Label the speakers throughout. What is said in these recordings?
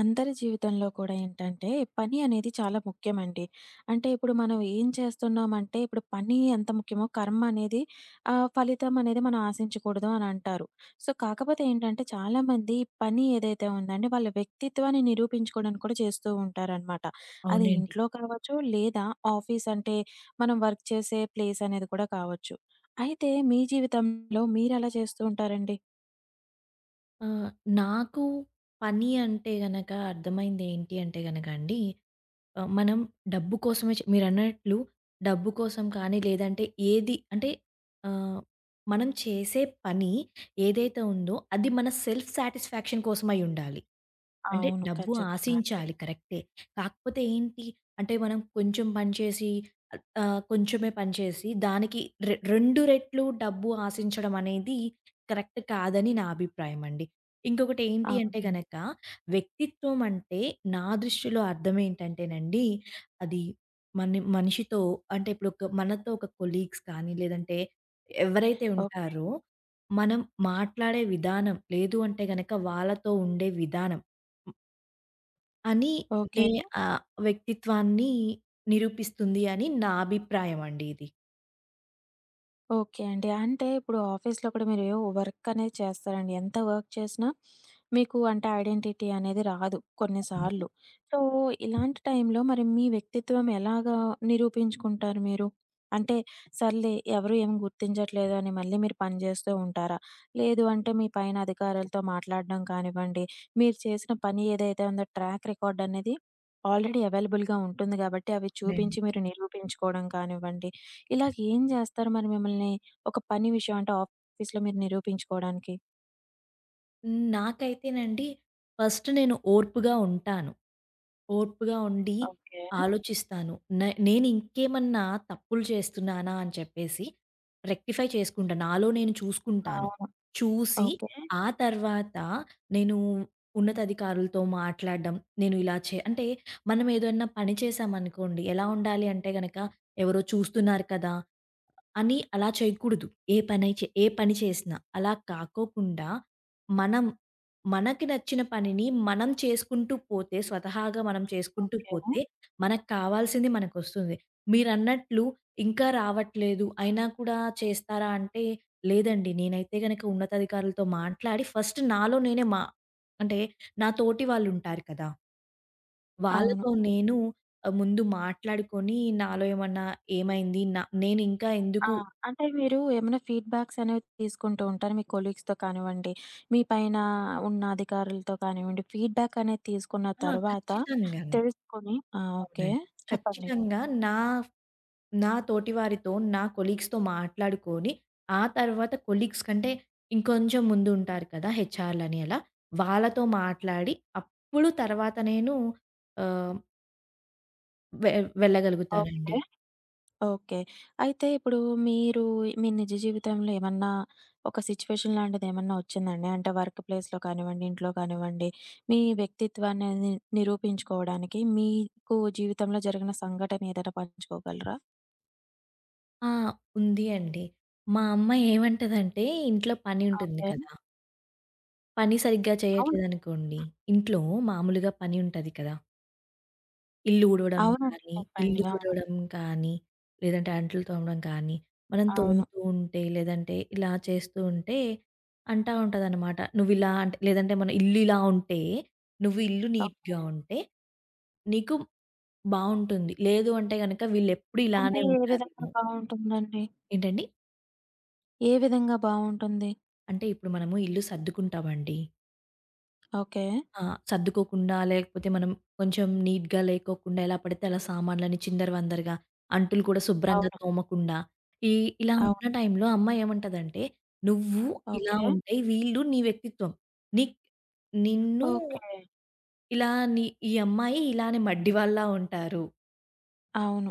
Speaker 1: అందరి జీవితంలో కూడా ఏంటంటే, పని అనేది చాలా ముఖ్యమండి. అంటే ఇప్పుడు మనం ఏం చేస్తున్నామంటే, ఇప్పుడు పని ఎంత ముఖ్యమో కర్మ అనేది ఫలితం అనేది మనం ఆశించకూడదు అని అంటారు. సో, కాకపోతే ఏంటంటే చాలామంది పని ఏదైతే ఉందండి, వాళ్ళ వ్యక్తిత్వాన్ని నిరూపించుకోవడానికి కూడా చేస్తూ ఉంటారనమాట. అది
Speaker 2: అవునండి.
Speaker 1: ఇంట్లో కావచ్చు, లేదా ఆఫీస్ అంటే మనం వర్క్ చేసే ప్లేస్ అనేది కూడా కావచ్చు. అయితే మీ జీవితంలో మీరెలా చేస్తూ ఉంటారండి?
Speaker 2: ఆ! నాకు పని అంటే గనక అర్థమైంది ఏంటి అంటే గనక అండి, మనం డబ్బు కోసమే చే మీరన్నట్లు డబ్బు కోసం కానీ, లేదంటే ఏది అంటే ఆహ్, మనం చేసే పని ఏదైతే ఉందో అది మన సెల్ఫ్ సాటిస్ఫాక్షన్ కోసమై ఉండాలి. అంటే
Speaker 1: అవును.
Speaker 2: డబ్బు
Speaker 1: ఖచ్చితంగా అండి.
Speaker 2: ఆశించాలి కరెక్టే. కాకపోతే ఏంటి అంటే మనం కొంచెం పని చేసి ఆహ్, ఆహ్, కొంచెమే పని చేసి దానికి 2 రెట్లు డబ్బు ఆశించడం అనేది కరెక్ట్ కాదని నా అభిప్రాయం అండి. ఇంకొకటి ఏంటి అంటే
Speaker 1: అవునండి.
Speaker 2: గనక వ్యక్తిత్వం అంటే నా దృష్టిలో అర్థం ఏంటంటేనండి అది మన మనిషితో అంటే ఇప్పుడు ఒక మనతో ఒక కొలీగ్స్ కానీ లేదంటే ఎవరైతే
Speaker 1: ఓహ్!
Speaker 2: ఉంటారో మనం మాట్లాడే విధానం లేదు అంటే గనక వాళ్ళతో ఉండే విధానం. అని నే
Speaker 1: ఓకే.
Speaker 2: ఆహ్, వ్యక్తిత్వాన్ని నిరూపిస్తుంది అని నా అభిప్రాయం అండి ఇది.
Speaker 1: ఓకే అండి. అంటే ఇప్పుడు ఆఫీస్‌లో కూడా మీరు వర్క్ అనేది చేస్తారండి. ఎంత వర్క్ చేసినా మీకు అంటే ఐడెంటిటీ అనేది రాదు
Speaker 2: అవును.
Speaker 1: కొన్నిసార్లు. సో, ఇలాంటి టైంలో మరి మీ వ్యక్తిత్వం ఎలాగా నిరూపించుకుంటారు మీరు? అంటే సర్లే ఎవరు ఏమి గుర్తించట్లేదు అని మళ్ళీ మీరు పని చేస్తూ ఉంటారా? లేదు అంటే మీ పైన అధికారులతో మాట్లాడడం కానివ్వండి, మీరు చేసిన పని ఏదైతే ఉందో ట్రాక్ రికార్డ్ అనేది ఆల్రెడీ అవైలబుల్‌గా ఉంటుంది కాబట్టి అవి
Speaker 2: అవునండి.
Speaker 1: చూపించి మీరు నిరూపించుకోవడం కానివ్వండి. ఇలాగ ఏం జేస్తారు మరి మిమ్మల్ని ఒక పని విషయం అంటే ఆఫీస్‌లో మీరు నిరూపించుకోవడానికి?
Speaker 2: నాకైతేనండి ఫస్ట్ నేను ఓర్పుగా ఉంటాను. ఓర్పుగా ఉండి
Speaker 1: ఓకే.
Speaker 2: ఆలోచిస్తాను. నేనింకేమన్నా తప్పులు చేస్తున్నానా అని చెప్పేసి రెక్టిఫై చేసుకుంటా. నాలో నేను చూసుకుంటాను.
Speaker 1: అవును.
Speaker 2: చూసి
Speaker 1: ఓకే.
Speaker 2: ఆ తర్వాత నేను ఉన్నతాధికారులతో మాట్లాడడం, నేను ఇలా చే అంటే మనమేదన్నా పని చేశామనుకోండి ఎలా ఉండాలి అంటే గనక ఎవరో చూస్తున్నారు కదా! అని అలా చేయకూడదు. ఏ పనై చే ఏ పని చేసినా. అలా కాకోకుండా మనం మనకి నచ్చిన పనిని మనం చేసుకుంటూ పోతే, స్వతహాగా మనం చేసుకుంటూ పోతే, మనకు కావాల్సింది మనకొస్తుంది. మీరన్నట్లు ఇంకా రావట్లేదు, అయినా కూడా చేస్తారా అంటే, లేదండి. నేనైతే గనక ఉన్నతాధికారులతో మాట్లాడి ఫస్ట్ నాలో నేనే మా అంటే నా తోటి వాళ్ళుంటారు కదా!
Speaker 1: అవును.
Speaker 2: వాళ్ళతో నేను ముందు మాట్లాడుకొని నాలో ఏమన్నా ఏమైంది? నేనింకా
Speaker 1: ఆ! ఆ!
Speaker 2: ఎందుకు
Speaker 1: అంటే మీరు ఏమైనా ఫీడ్‌బ్యాక్స్ అనేవి తీసుకుంటూ ఉంటారు. మీ కొలీగ్స్‌తో కానివ్వండి, మీ పైన ఉన్న అధికారులతో కానివ్వండి, ఫీడ్‌బ్యాక్ అనేది తీసుకున్న
Speaker 2: ఆ!
Speaker 1: తర్వాత
Speaker 2: ఖచ్చితంగానే.
Speaker 1: తెలుసుకొని ఆ! ఓకే.
Speaker 2: అవునండి.
Speaker 1: చెప్పండి.
Speaker 2: ఖచ్చితంగా నా నా తోటి వారితో, నా కొలీగ్స్‌తో మాట్లాడుకొని, ఆ తర్వాత కొలీగ్స్ కంటే ఇంకొంచెం ముందు ఉంటారు కదా! హెచ్ఆర్‌లని అలా. వాళ్ళతో మాట్లాడి, అప్పుడు తర్వాత నేను ఆహ్, వె వెళ్ళగలుగుతానండి.
Speaker 1: ఓకే. ఓకే. అయితే ఇప్పుడు మీరు మీ నిజ జీవితంలో ఏమన్నా ఒక సిట్యుయేషన్ లాంటిదేమన్నా ఒచ్చిందండి? అంటే వర్క్ ప్లేస్‌లో కానివ్వండి, ఇంట్లో కానివ్వండి, మీ వ్యక్తిత్వాన్ని నిరూపించుకోవడానికి మీకు జీవితంలో జరిగిన సంఘటన ఏదైనా పంచుకోగలరా?
Speaker 2: ఆ! ఉంది అండి. మా అమ్మ ఏమంటదంటే ఇంట్లో పని ఉంటుంది
Speaker 1: ఓకే.
Speaker 2: కదా! పని సరిగ్గా
Speaker 1: అవును.
Speaker 2: చేయట్లేదనుకోండి, ఇంట్లో మామూలుగా పని ఉంటది కదా! ఇల్లు ఊడవడం
Speaker 1: అవునండి.
Speaker 2: కానీ, ఇల్లు
Speaker 1: చెప్పండి. అవును.
Speaker 2: తుడవడం కానీ, లేదంటే అంట్లు తోమడం కానీ, మనం
Speaker 1: అవును.
Speaker 2: తోముతూ ఉంటే, లేదంటే ఇలా చేస్తూ ఉంటే అంటా ఉంటదనమాట. "నువ్విలా" అంటే లేదంటే మన ఇల్లు ఇలా ఉంటే, "నువ్వు ఇల్లు
Speaker 1: ఓహ్!
Speaker 2: నీట్‌గా ఉంటే నీకు బావుంటుంది. లేదు అంటే గనక వీళ్ళెప్పుడు
Speaker 1: అంటే
Speaker 2: ఇలానే
Speaker 1: ఏ విధంగా
Speaker 2: ఉంటారేమో."
Speaker 1: బావుంటుందండి?
Speaker 2: ఏంటండి?
Speaker 1: ఏ విధంగా బావుంటుంది?
Speaker 2: అంటే ఇప్పుడు మనము ఇల్లు సర్దుకుంటామండి.
Speaker 1: ఓకే.
Speaker 2: ఆ! సర్దుకోకుండా లేకపోతే మనం కొంచెం నీట్‌గా లేకోకుండా ఎలా పడితే అలా సామాన్లని చిందరవందరగా, అంట్లు కూడా శుభ్రంగా
Speaker 1: అవును.
Speaker 2: తోమకుండా, ఈ ఇలా ఉన్న
Speaker 1: అవును.
Speaker 2: టైంలో అమ్మ ఏమంటదంటే, "నువ్వు ఇలా
Speaker 1: ఓకే.
Speaker 2: ఉంటే వీళ్ళు నీ వ్యక్తిత్వం. నీక్ నిన్ను
Speaker 1: ఓకే.
Speaker 2: ఇలా నీ ఈ అమ్మాయి ఇలానే మడ్డివాళ్ళలా ఉంటారు.
Speaker 1: అవును.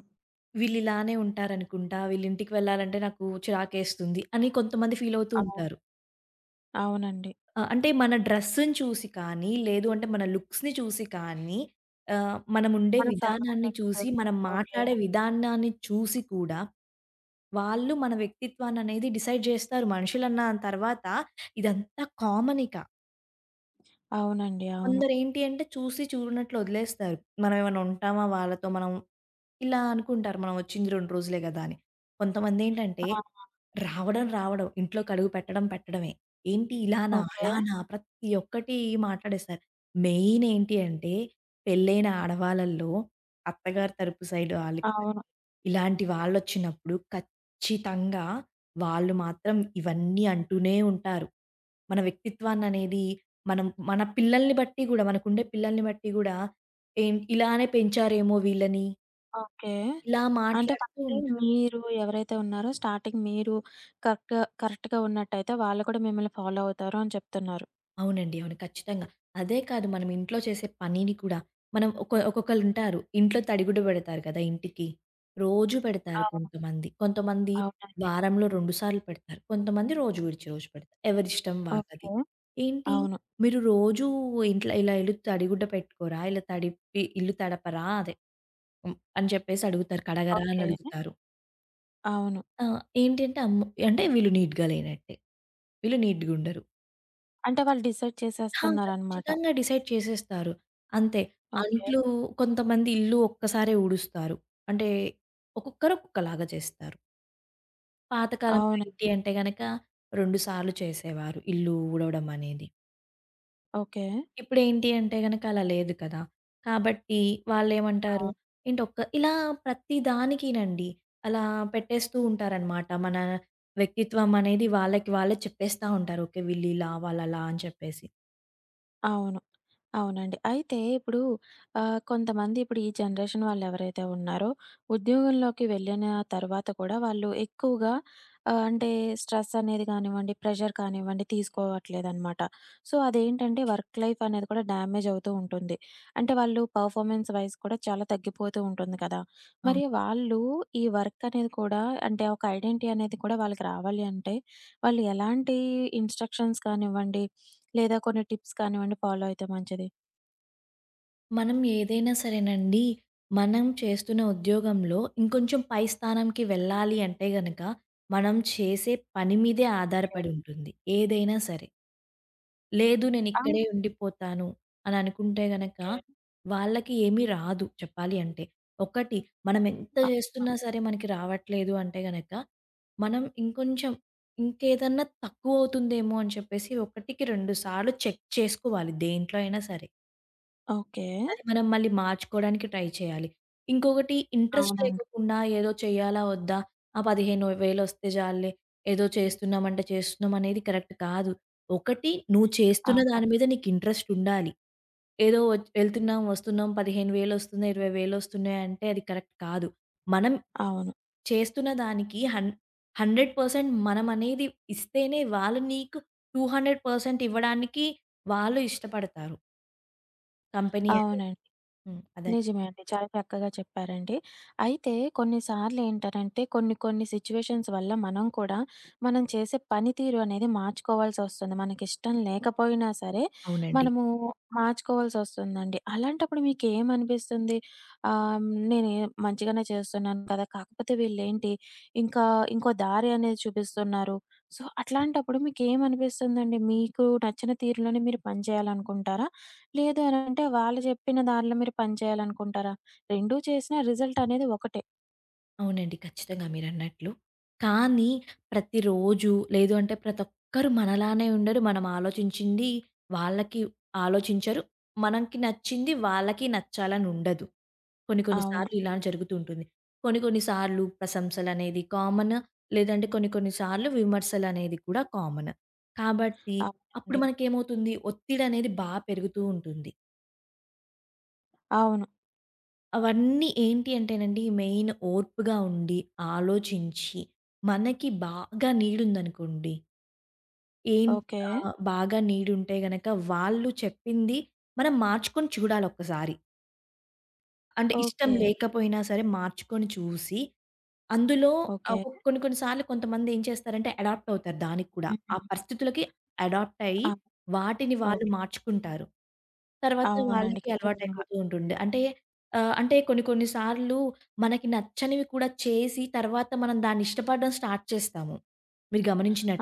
Speaker 2: వీళ్ళు ఇలానే ఉంటారనుకుంటా. వీళ్ళింటికి వెళ్ళాలంటే నాకు చిరాకేస్తుంది" అని కొంతమంది ఫీలవుతూ
Speaker 1: అవును.
Speaker 2: ఉంటారు.
Speaker 1: అవునండి.
Speaker 2: ఆ! అంటే మన డ్రెస్‌ని చూసి కానీ, లేదు అంటే మన లుక్స్‌ని చూసి కానీ, మనముండే
Speaker 1: మన సార్
Speaker 2: విధానాన్ని చూసి, మనం
Speaker 1: ఓకే.
Speaker 2: మాట్లాడే విధానాన్ని చూసి కూడా, వాళ్ళు మన వ్యక్తిత్వాన్ననేది డిసైడ్ జేస్తారు. మనుషులన్న తర్వాత ఇదంతా కామన్ ఇక.
Speaker 1: అవునండి. అవును.
Speaker 2: కొందరేంటి అంటే చూసి చూడనట్లు వదిలేస్తారు. మనమేమన్నా ఉంటామా వాళ్ళతో మనం ఇలా అనుకుంటారు. మనం వచ్చింది 2 రోజులే గదా! అని. కొంతమందేంటంటే
Speaker 1: ఆ!
Speaker 2: రావడం, రావడం. ఇంట్లోకి అడుగు పెట్టడం, పెట్టడమే. ఏంటి ఇలానా?
Speaker 1: ఓకే.
Speaker 2: అలానా? ప్రతి ఒక్కటి మాట్లాడేశారు. మెయిన్ ఏంటి అంటే పెళ్ళైన ఆడవాళ్ళలో అత్తగారి తరపు సైడ్ ఆళ్ళు కానీ,
Speaker 1: అవును.
Speaker 2: ఇలాంటి వాళ్ళొచ్చినప్పుడు ఖచ్చితంగా వాళ్ళు మాత్రం ఇవన్నీ అంటూనే ఉంటారు. మన వ్యక్తిత్వాన్ననేది మనం మన పిల్లల్ని బట్టి గూడా మనకుండే పిల్లల్ని బట్టి గూడా, ఏం ఇలానే పెంచారేమో వీళ్ళని,
Speaker 1: ఓకే.
Speaker 2: ఇలా
Speaker 1: అంటే
Speaker 2: మాట్లాడుతూ
Speaker 1: ఫస్ట్
Speaker 2: ఉంటారు.
Speaker 1: మీరు ఎవరైతే ఉన్నారో స్టార్టింగ్ మీరు కరెక్ట్‌గా కరెక్ట్‌గా ఉన్నట్టయితే వాళ్ళు కూడా మిమ్మల్ని ఫాలో అవుతారు అని చెప్తున్నారు.
Speaker 2: అవునండి. అవును. ఖచ్చితంగా. అదే కాదు మనం ఇంట్లో చేసే పనిని కూడా మనం ఒక్కొక్కళ్ళుంటారు. ఇంట్లో తడిగుడ్డ పెడతారు కదా! ఇంటికి. రోజు పెడతారు
Speaker 1: అవును.
Speaker 2: కొంతమంది. కొంతమంది
Speaker 1: అవునండి.
Speaker 2: వారంలో 2 సార్లు పెడతారు. కొంతమంది రోజు విడిచి రోజు పెడతారు. ఎవరిష్టం వాళ్ళది.
Speaker 1: ఓకే.
Speaker 2: ఏంటి
Speaker 1: అవును.
Speaker 2: మీరు రోజు ఇంట్లో ఇలా ఇల్లు తడిగుడ్డ పెట్టుకోరా? ఇలా తడిపి ఇల్లు తడపరా? అదే అని చెప్పేసి అడుగుతారు. కడగరా? అని
Speaker 1: ఓకే.
Speaker 2: అడుగుతారు.
Speaker 1: అవును.
Speaker 2: ఆ! ఏంటంటే అమ్మ అంటే వీళ్ళు నీట్‌గా లేనట్టే. వీళ్ళు నీట్‌గుండరు.
Speaker 1: అంటే వాళ్ళు డిసైడ్
Speaker 2: ఆ!
Speaker 1: చేసేస్తున్నారనమాట.
Speaker 2: ఖచ్చితంగా డిసైడ్ చేసేస్తారు. అంతే.
Speaker 1: ఓకే.
Speaker 2: అంట్లు కొంతమంది ఇల్లు ఒక్కసారే ఊడుస్తారు. అంటే ఒక్కొక్కరు ఒక్కొక్కలాగా చేస్తారు. పాతకాలంలో ఏంటి
Speaker 1: అవునండి.
Speaker 2: అంటే గనక 2 సార్లు చేసేవారు ఇల్లు ఊడవడం అనేది.
Speaker 1: ఓకే.
Speaker 2: ఇప్పుడేంటి అంటే గనక అలా లేదు కదా! కాబట్టి వాళ్ళేమంటారు
Speaker 1: అవును.
Speaker 2: ఏంటొక్క ఇలా ప్రతి దానికినండి అలా పెట్టేస్తూ ఉంటారనమాట. మన వ్యక్తిత్వం అనేది వాళ్ళకి వాళ్ళే చెప్పేస్తా ఉంటారు. ఓకే. వీళ్ళు ఇలా, వాళ్ళలా అని చెప్పేసి.
Speaker 1: అవును. అవునండి. అయితే ఇప్పుడు కొంతమంది ఇప్పుడు ఈ జనరేషన్ వాళ్ళెవరైతే ఉన్నారో, ఉద్యోగంలోకి వెళ్ళిన తర్వాత కూడా వాళ్ళు ఎక్కువగా అంటే స్ట్రెస్ అనేది కానివ్వండి, ప్రెషర్ కానివ్వండి తీసుకోవట్లేదనమాట. సో, అదేంటంటే వర్క్ లైఫ్ అనేది కూడా డ్యామేజ్ అవుతూ ఉంటుంది. అంటే వాళ్ళు పర్ఫార్మెన్స్ వైస్ కూడా చాలా తగ్గిపోతూ ఉంటుంది కదా!
Speaker 2: అవును.
Speaker 1: మరి వాళ్ళు ఈ వర్క్ అనేది కూడా అంటే ఒక ఐడెంటిటీ అనేది కూడా వాళ్ళకి రావాలి అంటే వాళ్ళు ఎలాంటి ఇన్‌స్ట్రక్షన్స్ కానివ్వండి, లేదా కొన్ని టిప్స్ కానివ్వండి ఫాలో అయితే మంచిది?
Speaker 2: మనం ఏదైనా సరేనండి, మనం చేస్తున్న ఉద్యోగంలో ఇంకొంచెం పై స్థానంకి వెళ్ళాలి అంటే గనక, మనం చేసే పని మీదే
Speaker 1: ఓకే.
Speaker 2: ఆధారపడి ఉంటుంది ఏదైనా సరే. లేదు నేనిక్కడే ఉండిపోతాను అని అనుకుంటే గనక, వాళ్ళకి ఏమీ రాదు చెప్పాలి అంటే. ఒకటి మనం ఎంత
Speaker 1: ఆ! ఓకే.
Speaker 2: చేస్తున్నా
Speaker 1: అవును.
Speaker 2: సరే మనకి రావట్లేదు అంటే గనక, మనం ఇంకొంచెం ఇంకేదన్నా తక్కువ అవుతుందేమో అని చెప్పేసి ఒకటికి రెండు సార్లు చెక్ చేసుకోవాలి దేంట్లో అయినా సరే.
Speaker 1: ఓకే.
Speaker 2: అది మనం మళ్ళీ మార్చుకోవడానికి ట్రై చేయాలి. ఇంకొకటి ఇంట్రెస్ట్
Speaker 1: అవునండి.
Speaker 2: లేకోకుండా ఏదో చేయాలా? వద్దా? ఆ 15,000 వస్తే చాలులే. ఏదో చేస్తున్నామంటే చేస్తున్నాం అనేది కరెక్ట్ కాదు. ఒకటి నువ్వు చేస్తున్న దాని మీద నీకు ఇంట్రెస్ట్ ఉండాలి. ఏదో వచ్ వెళ్తున్నాం, వస్తున్నాం 15,000 వస్తున్నాయి, 20,000 వస్తున్నాయి అంటే అది కరెక్ట్ కాదు. మనం
Speaker 1: అవును.
Speaker 2: చేస్తున్న దానికి 100% మనం అనేది ఇస్తేనే వాళ్ళు నీకు 200% ఇవ్వడానికి వాళ్ళు ఇష్టపడతారు. కంపెనీ అనేది.
Speaker 1: అవును.
Speaker 2: అదే.
Speaker 1: నిజమే అండి. చాలా చక్కగా చెప్పారండి. అయితే కొన్నిసార్లు ఏంటనంటే కొన్ని కొన్ని సిట్యుయేషన్స్ వల్ల మనం కూడా మనం చేసే పనితీరు అనేది మార్చుకోవాల్సొస్తుంది. మనకిష్టం లేకపోయినా సరే
Speaker 2: అవునండి.
Speaker 1: మనము మార్చుకోవాల్సొస్తుందండి. అలాంటప్పుడు మీకేమనిపిస్తుంది? ఆహ్, నేనే మంచిగానే చేస్తున్నాను కదా! కాకపోతే వీళ్ళేంటి ఇంకా ఇంకో దారి అనేది చూపిస్తున్నారు. సో, అట్లాంటప్పుడు మీకేమనిపిస్తుందండి? మీకు నచ్చిన తీరులోనే మీరు పని చేయాలనుకుంటారా? లేదు అనంటే వాళ్ళు చెప్పిన దానిలో మీరు పని చేయాలనుకుంటారా? 2 చేసినా రిజల్ట్ అనేది ఒకటే.
Speaker 2: అవునండి. ఖచ్చితంగా మీరన్నట్లు. కానీ ప్రతిరోజు లేదు అంటే ప్రతి ఒక్కరు మనలానే ఉండరు. మనం ఆలోచించింది వాళ్ళకి ఆలోచించరు. మనకి నచ్చింది వాళ్ళకి నచ్చాలని ఉండదు. కొన్ని కొన్ని
Speaker 1: అవును.
Speaker 2: సార్లు ఇలా జరుగుతూ ఉంటుంది. కొన్ని కొన్ని సార్లు ప్రశంసలనేది కామన్. లేదంటే కొన్ని కొన్ని సార్లు విమర్శలనేది కూడా కామన్. కాబట్టి అప్పుడు
Speaker 1: అవునండి.
Speaker 2: మనకేమవుతుంది ఒత్తిడనేది బా పెరుగుతూ ఉంటుంది.
Speaker 1: అవును.
Speaker 2: అవన్నీ ఏంటి అంటేనండి, మెయిన్ ఓర్పుగా ఉండి, ఆలోచించి, మనకి బాగా నీడుందనుకోండి, ఏం
Speaker 1: ఓకే.
Speaker 2: బాగా నీడుంటే గనక వాళ్ళు చెప్పింది మనం మార్చుకొని చూడాలొక్కసారి. అంటే ఇష్టం
Speaker 1: ఓకే.
Speaker 2: లేకపోయినా సరే మార్చుకొని చూసి, అందులో
Speaker 1: ఓకే.
Speaker 2: ఆహ్, కొ కొన్ని కొన్ని సార్లు కొంతమందేం చేస్తారంటే అడాప్ట్ అవుతారు దానికి కూడా. ఆ
Speaker 1: హ్మ్.
Speaker 2: పరిస్థితులకి అడాప్ట్ అయ్యి,
Speaker 1: ఆ!
Speaker 2: వాటిని వాళ్ళు
Speaker 1: ఓకే.
Speaker 2: మార్చుకుంటారు. తర్వాత
Speaker 1: అవునండి.
Speaker 2: వాళ్ళకి
Speaker 1: ఖచ్చితంగా.
Speaker 2: అలవాటయిపోతూ ఉంటుంది. అంటే అంటే కొన్ని కొన్ని సార్లు మనకి నచ్చనివి కూడా చేసి, తర్వాత మనం దాన్ని ఇష్టపడడం స్టార్ట్ చేస్తాము. మీరు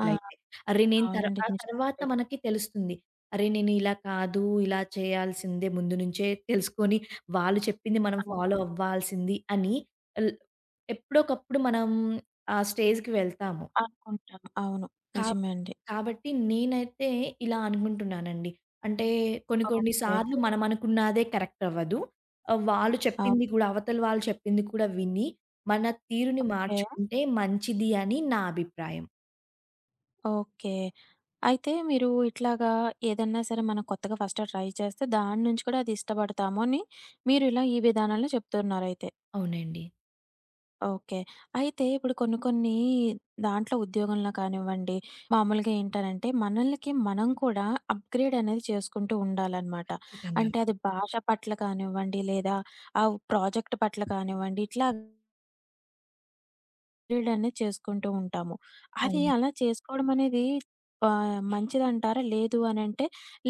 Speaker 1: ఆ!
Speaker 2: అరె! నేను తర్
Speaker 1: అవునండి.
Speaker 2: ఆ తర్వాత
Speaker 1: నిజమండి.
Speaker 2: మనకి తెలుస్తుంది. అరె! నేను ఇలా కాదు, ఇలా చేయాల్సిందే ముందు నుంచే తెలుసుకొని వాళ్ళు చెప్పింది మనం
Speaker 1: అవును.
Speaker 2: ఫాలో అవ్వాల్సింది అని ల్ ఎప్పుడోకప్పుడు మనం ఆ స్టేజ్‌కి వెళ్తాము.
Speaker 1: అనుకుంటాను. అవును.
Speaker 2: కా
Speaker 1: నిజమే అండి.
Speaker 2: కాబట్టి నేనైతే ఇలా అనుకుంటున్నానండి. అంటే కొన్ని కొన్ని
Speaker 1: ఓకే.
Speaker 2: సార్లు మనం అనుకున్నదే కరెక్ట్ అవ్వదు. వాళ్ళు చెప్పింది కూడా అవతల వాళ్ళు చెప్పింది కూడా విని మన తీరుని
Speaker 1: ఓకే.
Speaker 2: మార్చుకుంటే మంచిది అని నా అభిప్రాయం.
Speaker 1: ఓకే. అయితే మీరు ఇట్లాగా ఏదన్నా సరే మనం కొత్తగా ఫస్ట్ ట్రై చేస్తే దాని నుంచి కూడా అది ఇష్టపడతాము అని మీరు ఇలా ఈ విధానంలో చెప్తున్నారయితే.
Speaker 2: అవునండి.
Speaker 1: ఓకే. అయితే ఇప్పుడు కొన్ని కొన్ని దాంట్లో ఉద్యోగంలో కానివ్వండి, మామూలుగా ఏంటనంటే మనల్కి మనం కూడా అప్‌గ్రేడ్ అనేది చేసుకుంటూ ఉండాలనమాట.
Speaker 2: ఖచ్చితంగా.
Speaker 1: అంటే అది భాష పట్ల కానివ్వండి, లేదా ఆ ప్రాజెక్ట్ పట్ల కానివ్వండి, ఇట్లా అప్‌గ్రేడ్ అనేది చేసుకుంటూ ఉంటాము. అది
Speaker 2: అవును.
Speaker 1: అలా చేసుకోవడం అనేది మంచిదంటారా? లేదు అనంటే,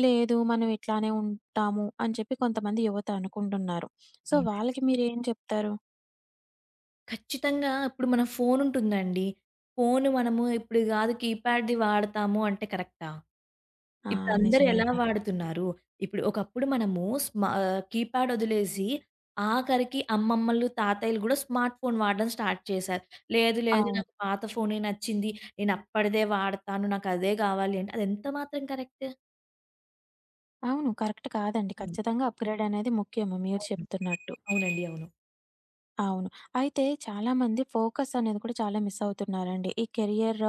Speaker 1: లేదు మనం ఇట్లానే ఉంటాము అని చెప్పి కొంతమంది యువత అనుకుంటున్నారు. సో,
Speaker 2: అవునండి.
Speaker 1: వాళ్ళకి మీరేం చెప్తారు?
Speaker 2: ఖచ్చితంగా ఇప్పుడు మన ఫోనుంటుందండి. ఫోను మనము ఇప్పుడు కాదు కీప్యాడ్‌ది వాడతాము అంటే కరెక్టా?
Speaker 1: ఆ!
Speaker 2: ఇప్పుడందరూ
Speaker 1: నిజమే
Speaker 2: ఎలా
Speaker 1: అండి.
Speaker 2: వాడుతున్నారు? ఇప్పుడు ఒకప్పుడు మనము కీప్యాడ్ వదిలేసి ఆఖరికి అమ్మమ్మలు, తాతయ్యలు గూడా స్మార్ట్ ఫోన్ వాడడం స్టార్ట్ చేశారు. లేదు, లేదు
Speaker 1: అవును.
Speaker 2: నాకు పాత ఫోనే నచ్చింది. నేను అప్పటిదే వాడతాను. నాకు అదే గావాలి అంటే అది ఎంత మాత్రం కరెక్ట్?
Speaker 1: అవును. కరెక్ట్ కాదండి.
Speaker 2: హ్మ్.
Speaker 1: ఖచ్చితంగా అప్‌గ్రేడ్ అనేది ముఖ్యము మీరు
Speaker 2: అవును.
Speaker 1: చెప్తున్నట్టు.
Speaker 2: అవునండి. అవును.
Speaker 1: అవును. అయితే చాలామంది ఫోకస్ అనేది కూడా చాలా మిస్ అవుతున్నారండి. ఈ కెరియర్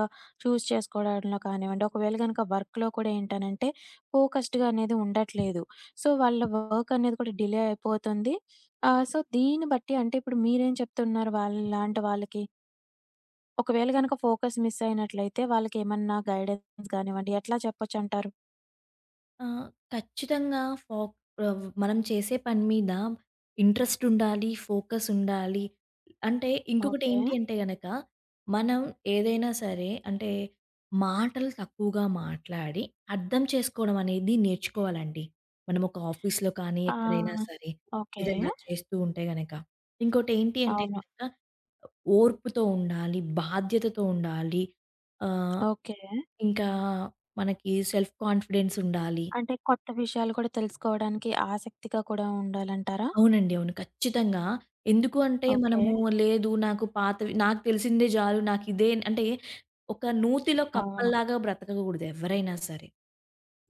Speaker 1: చూజ్ చేసుకోవడంలో కానివ్వండి, ఒకవేళ గనుక వర్క్‌లో కూడా ఏంటనంటే ఫోకస్డ్‌గా అనేది ఉండట్లేదు. సో, వాళ్ళ వర్క్ అనేది కూడా డిలే అయిపోతుంది. సో, దీన్ని బట్టి అంటే ఇప్పుడు మీరేం చెప్తున్నారు వాళ్ళలాంటి వాళ్ళకి? ఒకవేళ గనక ఫోకస్ మిస్ అయినట్లయితే వాళ్ళకేమన్నా గైడెన్స్ గానివ్వండి ఎట్లా చెప్పొచ్చంటారు?
Speaker 2: ఆ! ఖచ్చితంగా మనం చేసే పని మీద ఇంట్రెస్ట్ ఉండాలి. ఫోకస్ ఉండాలి. అంటే
Speaker 1: ఓకే.
Speaker 2: ఇంకొకటేంటి అంటే గనక, మనం ఏదైనా సరే అంటే మాటలు తక్కువగా మాట్లాడి, అర్థం చేసుకోవడం అనేది నేర్చుకోవాలండి. మనం ఒక ఆఫీస్‌లో కానీ,
Speaker 1: ఆ!
Speaker 2: ఎక్కడైనా సరే
Speaker 1: ఓకే.
Speaker 2: ఏదైనా చేస్తూ ఉంటే గనక. ఇంకోటేంటి అంటే
Speaker 1: అవును.
Speaker 2: గనక ఓర్పుతో ఉండాలి. బాధ్యతతో ఉండాలి. ఆహ్,
Speaker 1: ఓకే.
Speaker 2: ఇంకా మనకి సెల్ఫ్ కాన్ఫిడెన్స్ ఉండాలి.
Speaker 1: అంటే కొత్త విషయాలు కూడా తెలుసుకోవడానికి ఆసక్తిగా కూడా ఉండాలంటారా?
Speaker 2: అవునండి. అవును. ఖచ్చితంగా. ఎందుకు అంటే
Speaker 1: ఓకే.
Speaker 2: మనము లేదు నాకు పాతవి నాకు తెలిసిందే జాలు నాకిదే అంటే ఒక నూతిలో
Speaker 1: అవును.
Speaker 2: కప్పల్లాగా బ్రతకగూడదు ఎవ్వరైనా సరే.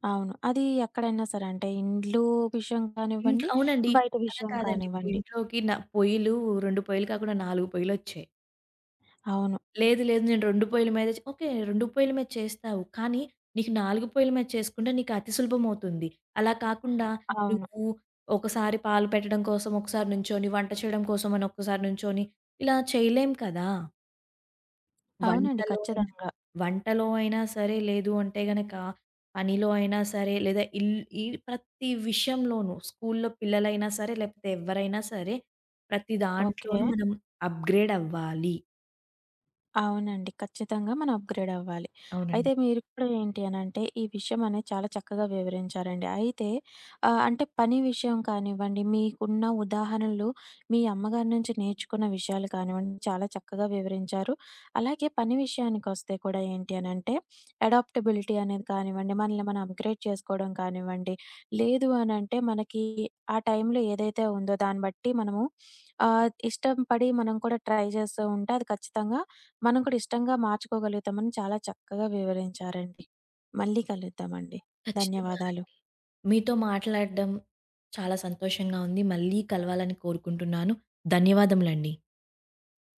Speaker 1: అవును. అది ఎక్కడైనా సరే అంటే ఇండ్లు విషయం
Speaker 2: ఇంట్లో
Speaker 1: కానివ్వండి,
Speaker 2: అవునండి.
Speaker 1: బయట
Speaker 2: అలా
Speaker 1: విషయం
Speaker 2: కాదండి. ఇప్పుడు
Speaker 1: కానివ్వండి.
Speaker 2: ఇంట్లోకి నా పొయ్యిలు 2 పొయ్యిలు కాకుండా 4 పొయ్యిలొచ్చాయి.
Speaker 1: అవును.
Speaker 2: లేదు లేదు నేను 2 పొయ్యిల మీద చే ఓకే. 2 పొయ్యిల మీద చేస్తావు. కానీ నీకు 4 పొయ్యిల మీద చేసుకుంటే నీకు అతి సులభమవుతుంది. అలా కాకుండా
Speaker 1: అవును.
Speaker 2: నువ్వు ఒకసారి పాలు పెట్టడం కోసం, ఒకసారి నుంచొని వంట చేయడం కోసం అని ఒక్కసారి నుంచొని ఇలా చేయలేం కదా!
Speaker 1: అవునండి.
Speaker 2: వంటలో అయినా
Speaker 1: ఖచ్చితంగా.
Speaker 2: వంటలో అయినా సరే, లేదు అంటే గనక పనిలో అయినా సరే, లేదా ఇల్ ఈ ప్రతి విషయంలోనూ స్కూల్లో పిల్లలైనా సరే, లేకపోతే ఎవ్వరైనా సరే, ప్రతి
Speaker 1: ఓకే.
Speaker 2: దాంట్లోనూ మనం అప్‌గ్రేడ్ అవ్వాలి.
Speaker 1: అవునండి. ఖచ్చితంగా మనం అప్‌గ్రేడ్ అవ్వాలి.
Speaker 2: అవునండి.
Speaker 1: అయితే మీరు కూడా ఏంటి అనంటే, ఈ విషయం అనేది చాలా చక్కగా వివరించారండి. అయితే అంటే పని విషయం కానివ్వండి, మీకున్న ఉదాహరణలు, మీ అమ్మగారి నుంచి నేర్చుకున్న విషయాలు కానివ్వండి, చాలా చక్కగా వివరించారు. అలాగే పని విషయానికొస్తే కూడా ఏంటి అనంటే, అడాప్టబిలిటీ అనేది కానివ్వండి, మనల్ని మనం అప్‌గ్రేడ్ చేసుకోవడం కానివ్వండి, లేదు అనంటే మనకి ఆ టైంలో ఏదైతే ఉందో దాన్ని బట్టి మనము ఇష్టం పడి మనం కూడా ట్రై చేస్తూ ఉంటే అది ఖచ్చితంగా మనం కూడా ఇష్టంగా మార్చుకోగలుగుతామని చాలా చక్కగా వివరించారండి. మళ్ళీ కలుద్దామండి.
Speaker 2: ఖచ్చితంగా.
Speaker 1: ధన్యవాదాలు.
Speaker 2: మీతో మాట్లాడడం చాలా సంతోషంగా ఉంది. మళ్ళీ కలవాలని కోరుకుంటున్నాను. ధన్యవాదములండి.